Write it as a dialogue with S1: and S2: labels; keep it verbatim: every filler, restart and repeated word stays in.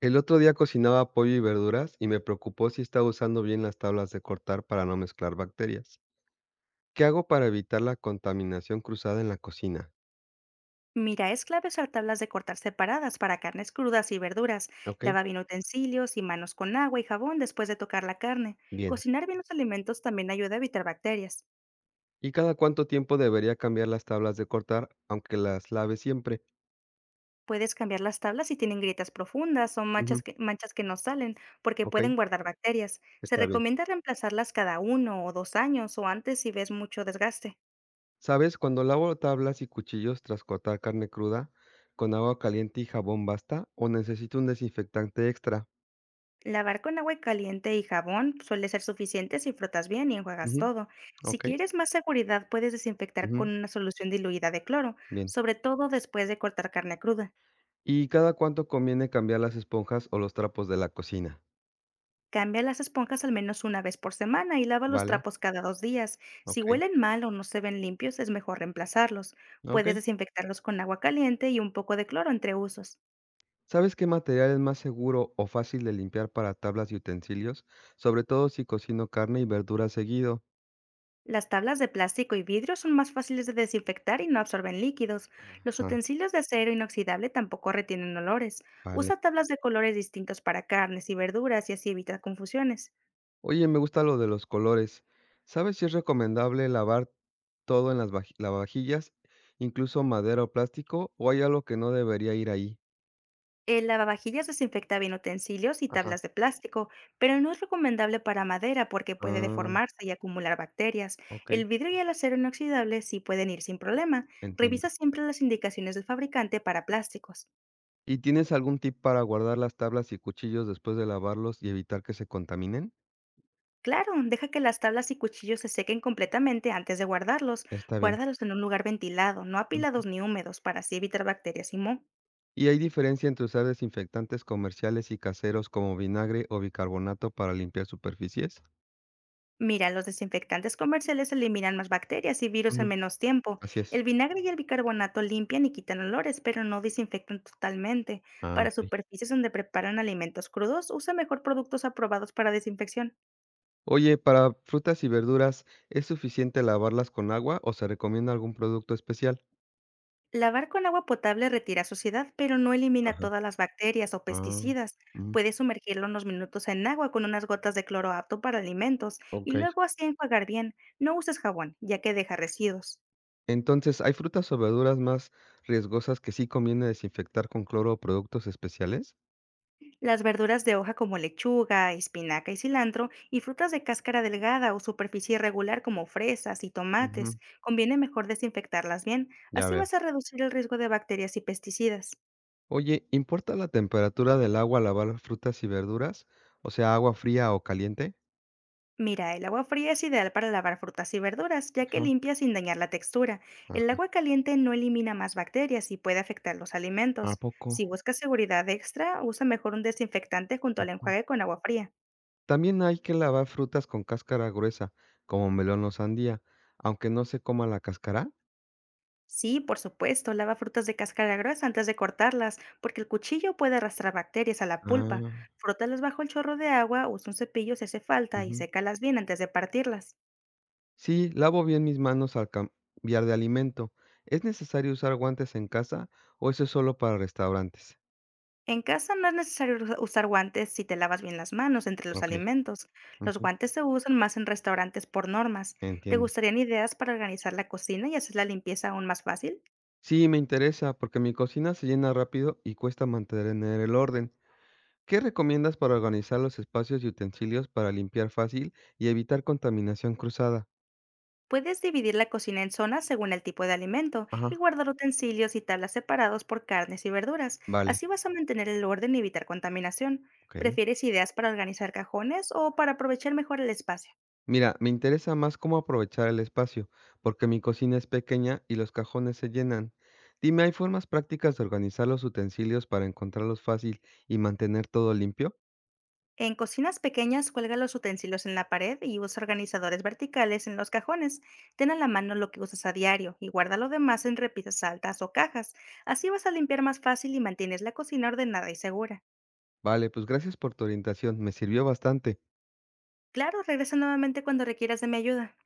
S1: El otro día cocinaba pollo y verduras y me preocupó si estaba usando bien las tablas de cortar para no mezclar bacterias. ¿Qué hago para evitar la contaminación cruzada en la cocina?
S2: Mira, es clave usar tablas de cortar separadas para carnes crudas y verduras.
S1: Ok,
S2: Lava bien utensilios y manos con agua y jabón después de tocar la carne.
S1: bien.
S2: Cocinar bien los alimentos también ayuda a evitar bacterias.
S1: ¿Y cada cuánto tiempo debería cambiar las tablas de cortar, aunque las lave siempre?
S2: Puedes cambiar las tablas si tienen grietas profundas o
S1: Ujú,
S2: manchas que, manchas que no salen, porque
S1: Ok,
S2: pueden guardar bacterias. Se
S1: está bien.
S2: recomienda reemplazarlas cada uno o dos años o antes si ves mucho desgaste.
S1: ¿Sabes? Cuando lavo tablas y cuchillos tras cortar carne cruda, ¿con agua caliente y jabón basta o necesito un desinfectante extra?
S2: Lavar con agua caliente y jabón suele ser suficiente si frotas bien y enjuagas
S1: Ujú,
S2: todo. Si
S1: Ok,
S2: quieres más seguridad, puedes desinfectar con
S1: ujú,
S2: una solución diluida de cloro,
S1: bien.
S2: sobre todo después de cortar carne cruda.
S1: ¿Y cada cuánto conviene cambiar las esponjas o los trapos de la cocina?
S2: Cambia las esponjas al menos una vez por semana y lava los
S1: Vale,
S2: trapos cada dos días. Si
S1: okey,
S2: huelen mal o no se ven limpios, es mejor reemplazarlos. Puedes
S1: okey.
S2: desinfectarlos con agua caliente y un poco de cloro entre usos.
S1: ¿Sabes qué material es más seguro o fácil de limpiar para tablas y utensilios? Sobre todo si cocino carne y verduras seguido.
S2: Las tablas de plástico y vidrio son más fáciles de desinfectar y no absorben líquidos. Los
S1: Ah,
S2: utensilios de acero inoxidable tampoco retienen olores.
S1: vale.
S2: Usa tablas de colores distintos para carnes y verduras y así evita confusiones.
S1: Oye, me gusta lo de los colores. ¿Sabes si es recomendable lavar todo en las vaji lavavajillas, incluso madera o plástico, o hay algo que no debería ir ahí?
S2: El lavavajillas desinfecta bien utensilios y
S1: Ajá.
S2: tablas de plástico, pero no es recomendable para madera porque puede
S1: Ah,
S2: deformarse y acumular bacterias. El
S1: okey,
S2: vidrio y el acero inoxidable sí pueden ir sin problema.
S1: entiendo.
S2: Revisa siempre las indicaciones del fabricante para plásticos.
S1: ¿Y tienes algún tip para guardar las tablas y cuchillos después de lavarlos y evitar que se contaminen?
S2: Claro, deja que las tablas y cuchillos se sequen completamente antes de guardarlos.
S1: Está bien.
S2: Guárdalos en un lugar ventilado, no
S1: Ujú.
S2: apilados ni húmedos, para así evitar bacterias y moho.
S1: ¿Y hay diferencia entre usar desinfectantes comerciales y caseros como vinagre o bicarbonato para limpiar superficies?
S2: Mira, los desinfectantes comerciales eliminan más bacterias y virus en
S1: Ujú,
S2: menos tiempo.
S1: así es.
S2: El vinagre y el bicarbonato limpian y quitan olores, pero no desinfectan totalmente.
S1: Ah,
S2: Para
S1: ok.
S2: superficies donde preparan alimentos crudos, usa mejor productos aprobados para desinfección.
S1: Oye, para frutas y verduras, ¿es suficiente lavarlas con agua o se recomienda algún producto especial?
S2: Lavar con agua potable retira suciedad, pero no elimina
S1: Ajá.
S2: todas las bacterias o
S1: Ah,
S2: pesticidas.
S1: mm,
S2: Puedes sumergirlo unos minutos en agua con unas gotas de cloro apto para alimentos y
S1: ok.
S2: luego así enjuagar bien. No uses jabón, ya que deja residuos.
S1: Entonces, ¿hay frutas o verduras más riesgosas que sí conviene desinfectar con cloro o productos especiales?
S2: Las verduras de hoja como lechuga, espinaca y cilantro y frutas de cáscara delgada o superficie irregular como fresas y tomates,
S1: Ujú,
S2: conviene mejor desinfectarlas bien,
S1: ya
S2: así
S1: veo.
S2: vas a reducir el riesgo de bacterias y pesticidas.
S1: Oye, ¿importa la temperatura del agua al lavar frutas y verduras? O sea, agua fría o caliente.
S2: Mira, el agua fría es ideal para lavar frutas y verduras, ya que
S1: Ajá.
S2: limpia sin dañar la textura. El
S1: Ajá.
S2: agua caliente no elimina más bacterias y puede afectar los
S1: ¿A
S2: alimentos.
S1: poco?
S2: Si buscas seguridad extra, usa mejor un desinfectante junto al
S1: Ujú.
S2: enjuague con agua fría.
S1: También hay que lavar frutas con cáscara gruesa, como melón o sandía, aunque no se coma la cáscara.
S2: Sí, por supuesto, lava frutas de cáscara gruesa antes de cortarlas, porque el cuchillo puede arrastrar bacterias a la pulpa.
S1: Ah,
S2: Frótalas bajo el chorro de agua, usa un cepillo si hace falta y
S1: ujú.
S2: sécalas bien antes de partirlas.
S1: Sí, lavo bien mis manos al cambiar de alimento. ¿Es necesario usar guantes en casa o eso es solo para restaurantes?
S2: En casa no es necesario usa- usar guantes si te lavas bien las manos entre los
S1: Ok.
S2: alimentos. Los
S1: Ujú.
S2: guantes se usan más en restaurantes por normas. ¿Te
S1: Entiendo.
S2: gustarían ideas para organizar la cocina y hacer la limpieza aún más fácil?
S1: Sí, me interesa porque mi cocina se llena rápido y cuesta mantener el orden. ¿Qué recomiendas para organizar los espacios y utensilios para limpiar fácil y evitar contaminación cruzada?
S2: Puedes dividir la cocina en zonas según el tipo de alimento
S1: Ajá.
S2: y guardar utensilios y tablas separados por carnes y verduras.
S1: Vale,
S2: Así vas a mantener el orden y evitar contaminación.
S1: ok.
S2: ¿Prefieres ideas para organizar cajones o para aprovechar mejor el espacio?
S1: Mira, me interesa más cómo aprovechar el espacio, porque mi cocina es pequeña y los cajones se llenan. Dime, ¿hay formas prácticas de organizar los utensilios para encontrarlos fácil y mantener todo limpio?
S2: En cocinas pequeñas, cuelga los utensilios en la pared y usa organizadores verticales en los cajones. Ten a la mano lo que usas a diario y guarda lo demás en repisas altas o cajas. Así vas a limpiar más fácil y mantienes la cocina ordenada y segura.
S1: Vale, pues gracias por tu orientación, me sirvió bastante.
S2: Claro, regresa nuevamente cuando requieras de mi ayuda.